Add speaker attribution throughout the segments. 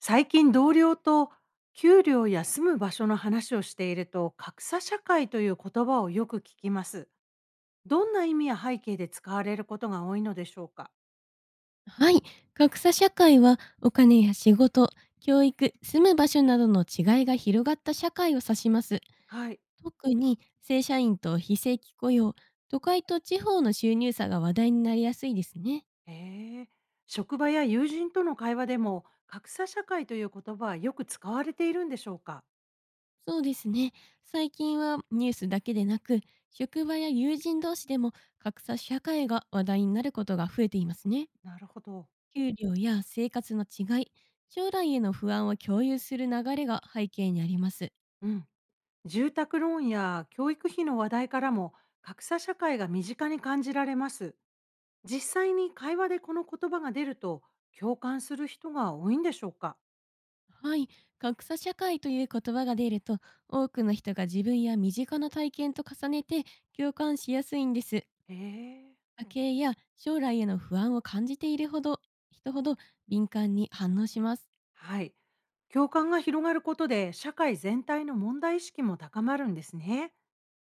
Speaker 1: 最近同僚と給料や住む場所の話をしていると、格差社会という言葉をよく聞きます。どんな意味や背景で使われることが多いのでしょうか？
Speaker 2: はい。格差社会はお金や仕事、教育、住む場所などの違いが広がった社会を指します。
Speaker 1: はい。
Speaker 2: 特に正社員と非正規雇用、都会と地方の収入差が話題になりやすいですね。
Speaker 1: へえ、職場や友人との会話でも格差社会という言葉はよく使われているんでしょうか？
Speaker 2: そうですね。最近はニュースだけでなく、職場や友人同士でも格差社会が話題になることが増えていますね。
Speaker 1: なるほど。
Speaker 2: 給料や生活の違い、将来への不安を共有する流れが背景にあります。
Speaker 1: うん。住宅ローンや教育費の話題からも、格差社会が身近に感じられます。実際に会話でこの言葉が出ると、共感する人が多いんでしょうか？
Speaker 2: はい、格差社会という言葉が出ると、多くの人が自分や身近な体験と重ねて共感しやすいんです。家
Speaker 1: へえ。
Speaker 2: 計や将来への不安を感じている人ほど敏感に反応します。
Speaker 1: はい。共感が広がることで、社会全体の問題意識も高まるんですね。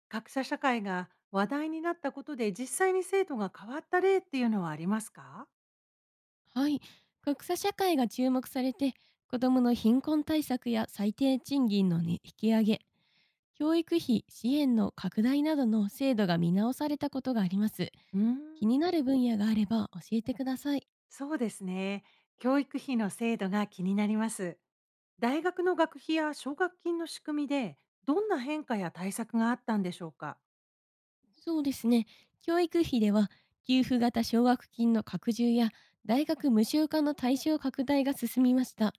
Speaker 1: 格差社会が話題になったことで、実際に制度が変わった例っていうのはありますか？
Speaker 2: はい、格差社会が注目されて、子どもの貧困対策や最低賃金の、ね、引き上げ、教育費支援の拡大などの制度が見直されたことがあります。
Speaker 1: うーん、
Speaker 2: 気になる分野があれば教えてください。
Speaker 1: そうですね。教育費の制度が気になります。大学の学費や奨学金の仕組みで、どんな変化や対策があったんでしょうか？
Speaker 2: そうですね。教育費では、給付型奨学金の拡充や大学無償化の対象拡大が進みました。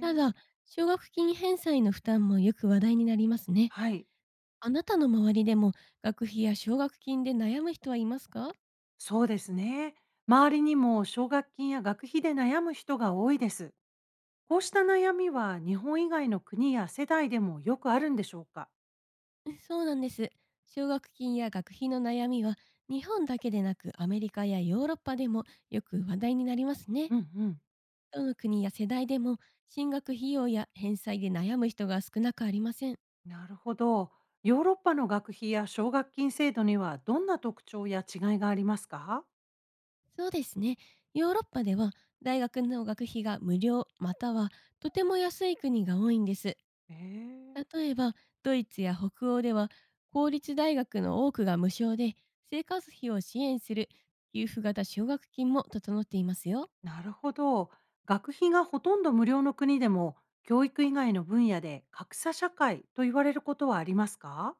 Speaker 2: ただ、
Speaker 1: え、
Speaker 2: 奨学金返済の負担もよく話題になりますね。
Speaker 1: はい、
Speaker 2: あなたの周りでも学費や奨学金で悩む人はいますか？
Speaker 1: そうですね。周りにも奨学金や学費で悩む人が多いです。こうした悩みは日本以外の国や世代でもよくあるんでしょうか？
Speaker 2: そうなんです。奨学金や学費の悩みは、日本だけでなくアメリカやヨーロッパでもよく話題になります
Speaker 1: う
Speaker 2: ね。
Speaker 1: んうん。
Speaker 2: どの国や世代でも、進学費用や返済で悩む人が少なくありません。
Speaker 1: なるほど。ヨーロッパの学費や奨学金制度には、どんな特徴や違いがありますか？
Speaker 2: そうですね。ヨーロッパでは大学の学費が無料または、とても安い国が多いんです。
Speaker 1: ええ、
Speaker 2: 例えばドイツや北欧では、公立大学の多くが無償で、生活費を支援する給付型奨学金も整っていますよ。
Speaker 1: なるほど。学費がほとんど無料の国でも、教育以外の分野で格差社会と言われることはありますか？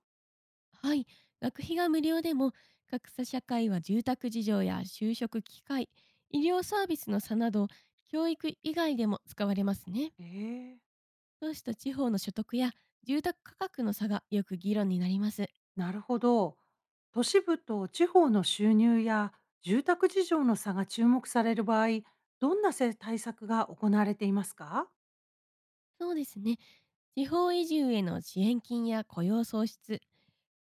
Speaker 2: はい。学費が無料でも、格差社会は住宅事情や就職機会、医療サービスの差など、教育以外でも使われますね。
Speaker 1: ええ、
Speaker 2: 都市と地方の所得や住宅価格の差がよく議論になります。
Speaker 1: なるほど。都市部と地方の収入や住宅事情の差が注目される場合、どんな対策が行われていますか？
Speaker 2: そうですね。地方移住への支援金や雇用創出、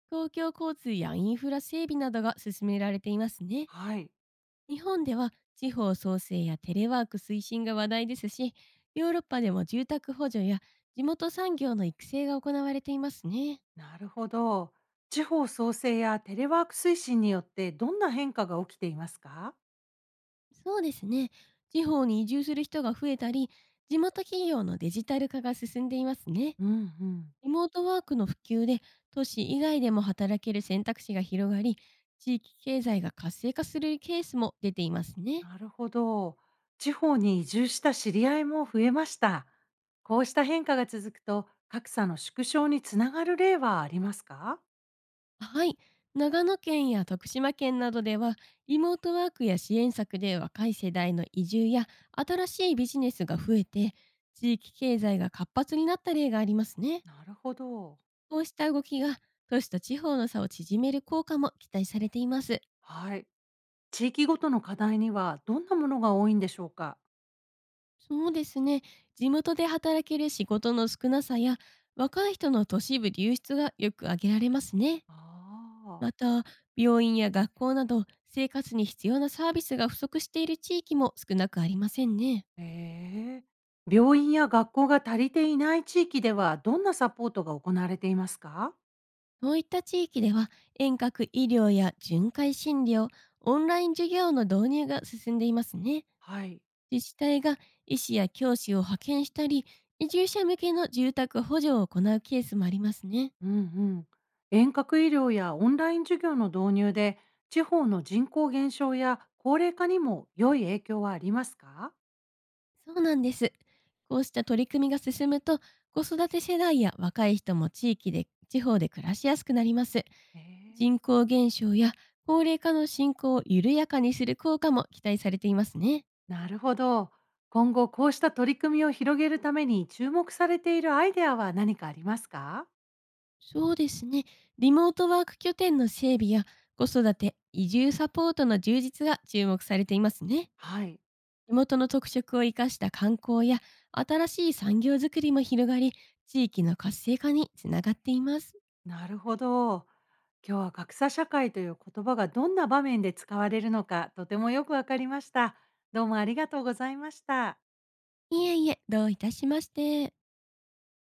Speaker 2: 公共交通やインフラ整備などが進められていますね。
Speaker 1: はい。
Speaker 2: 日本では地方創生やテレワーク推進が話題ですし、ヨーロッパでも住宅補助や地元産業の育成が行われていますね。
Speaker 1: なるほど。地方創生やテレワーク推進によって、どんな変化が起きていますか？
Speaker 2: そうですね。地方に移住する人が増えたり、地元企業のデジタル化が進んでいますね。
Speaker 1: うんうん。
Speaker 2: リモートワークの普及で、都市以外でも働ける選択肢が広がり、地域経済が活性化するケースも出ていますね。
Speaker 1: なるほど。地方に移住した知り合いも増えました。こうした変化が続くと、格差の縮小につながる例はありますか？
Speaker 2: はい。長野県や徳島県などでは、リモートワークや支援策で若い世代の移住や新しいビジネスが増えて、地域経済が活発になった例がありますね。
Speaker 1: なるほど。
Speaker 2: こうした動きが、都市と地方の差を縮める効果も期待されています。
Speaker 1: はい。地域ごとの課題にはどんなものが多いんでしょうか？
Speaker 2: そうですね。地元で働ける仕事の少なさや、若い人の都市部流出がよく挙げられますね。
Speaker 1: ああ、
Speaker 2: また、病院や学校など、生活に必要なサービスが不足している地域も少なくありませんね。
Speaker 1: ええ。病院や学校が足りていない地域では、どんなサポートが行われていますか？
Speaker 2: そういった地域では、遠隔医療や巡回診療、オンライン授業の導入が進んでいますね。
Speaker 1: はい。
Speaker 2: 自治体が医師や教師を派遣したり、移住者向けの住宅補助を行うケースもありますね。
Speaker 1: うんうん。遠隔医療やオンライン授業の導入で、地方の人口減少や高齢化にも良い影響はありますか？
Speaker 2: そうなんです。こうした取り組みが進むと、子育て世代や若い人も地方で暮らしやすくなります。
Speaker 1: ええ、
Speaker 2: 人口減少や高齢化の進行を緩やかにする効果も期待されていますね。
Speaker 1: なるほど。今後こうした取り組みを広げるために注目されているアイデアは何かありますか？
Speaker 2: そうですね。リモートワーク拠点の整備や子育て、移住サポートの充実が注目されていますね。
Speaker 1: はい、
Speaker 2: 地元の特色を生かした観光や新しい産業づくりも広がり、地域の活性化につながっています。
Speaker 1: なるほど。今日は格差社会という言葉がどんな場面で使われるのか、とてもよくわかりました。どうもありがとうございました。
Speaker 2: いえいえ、どういたしまして。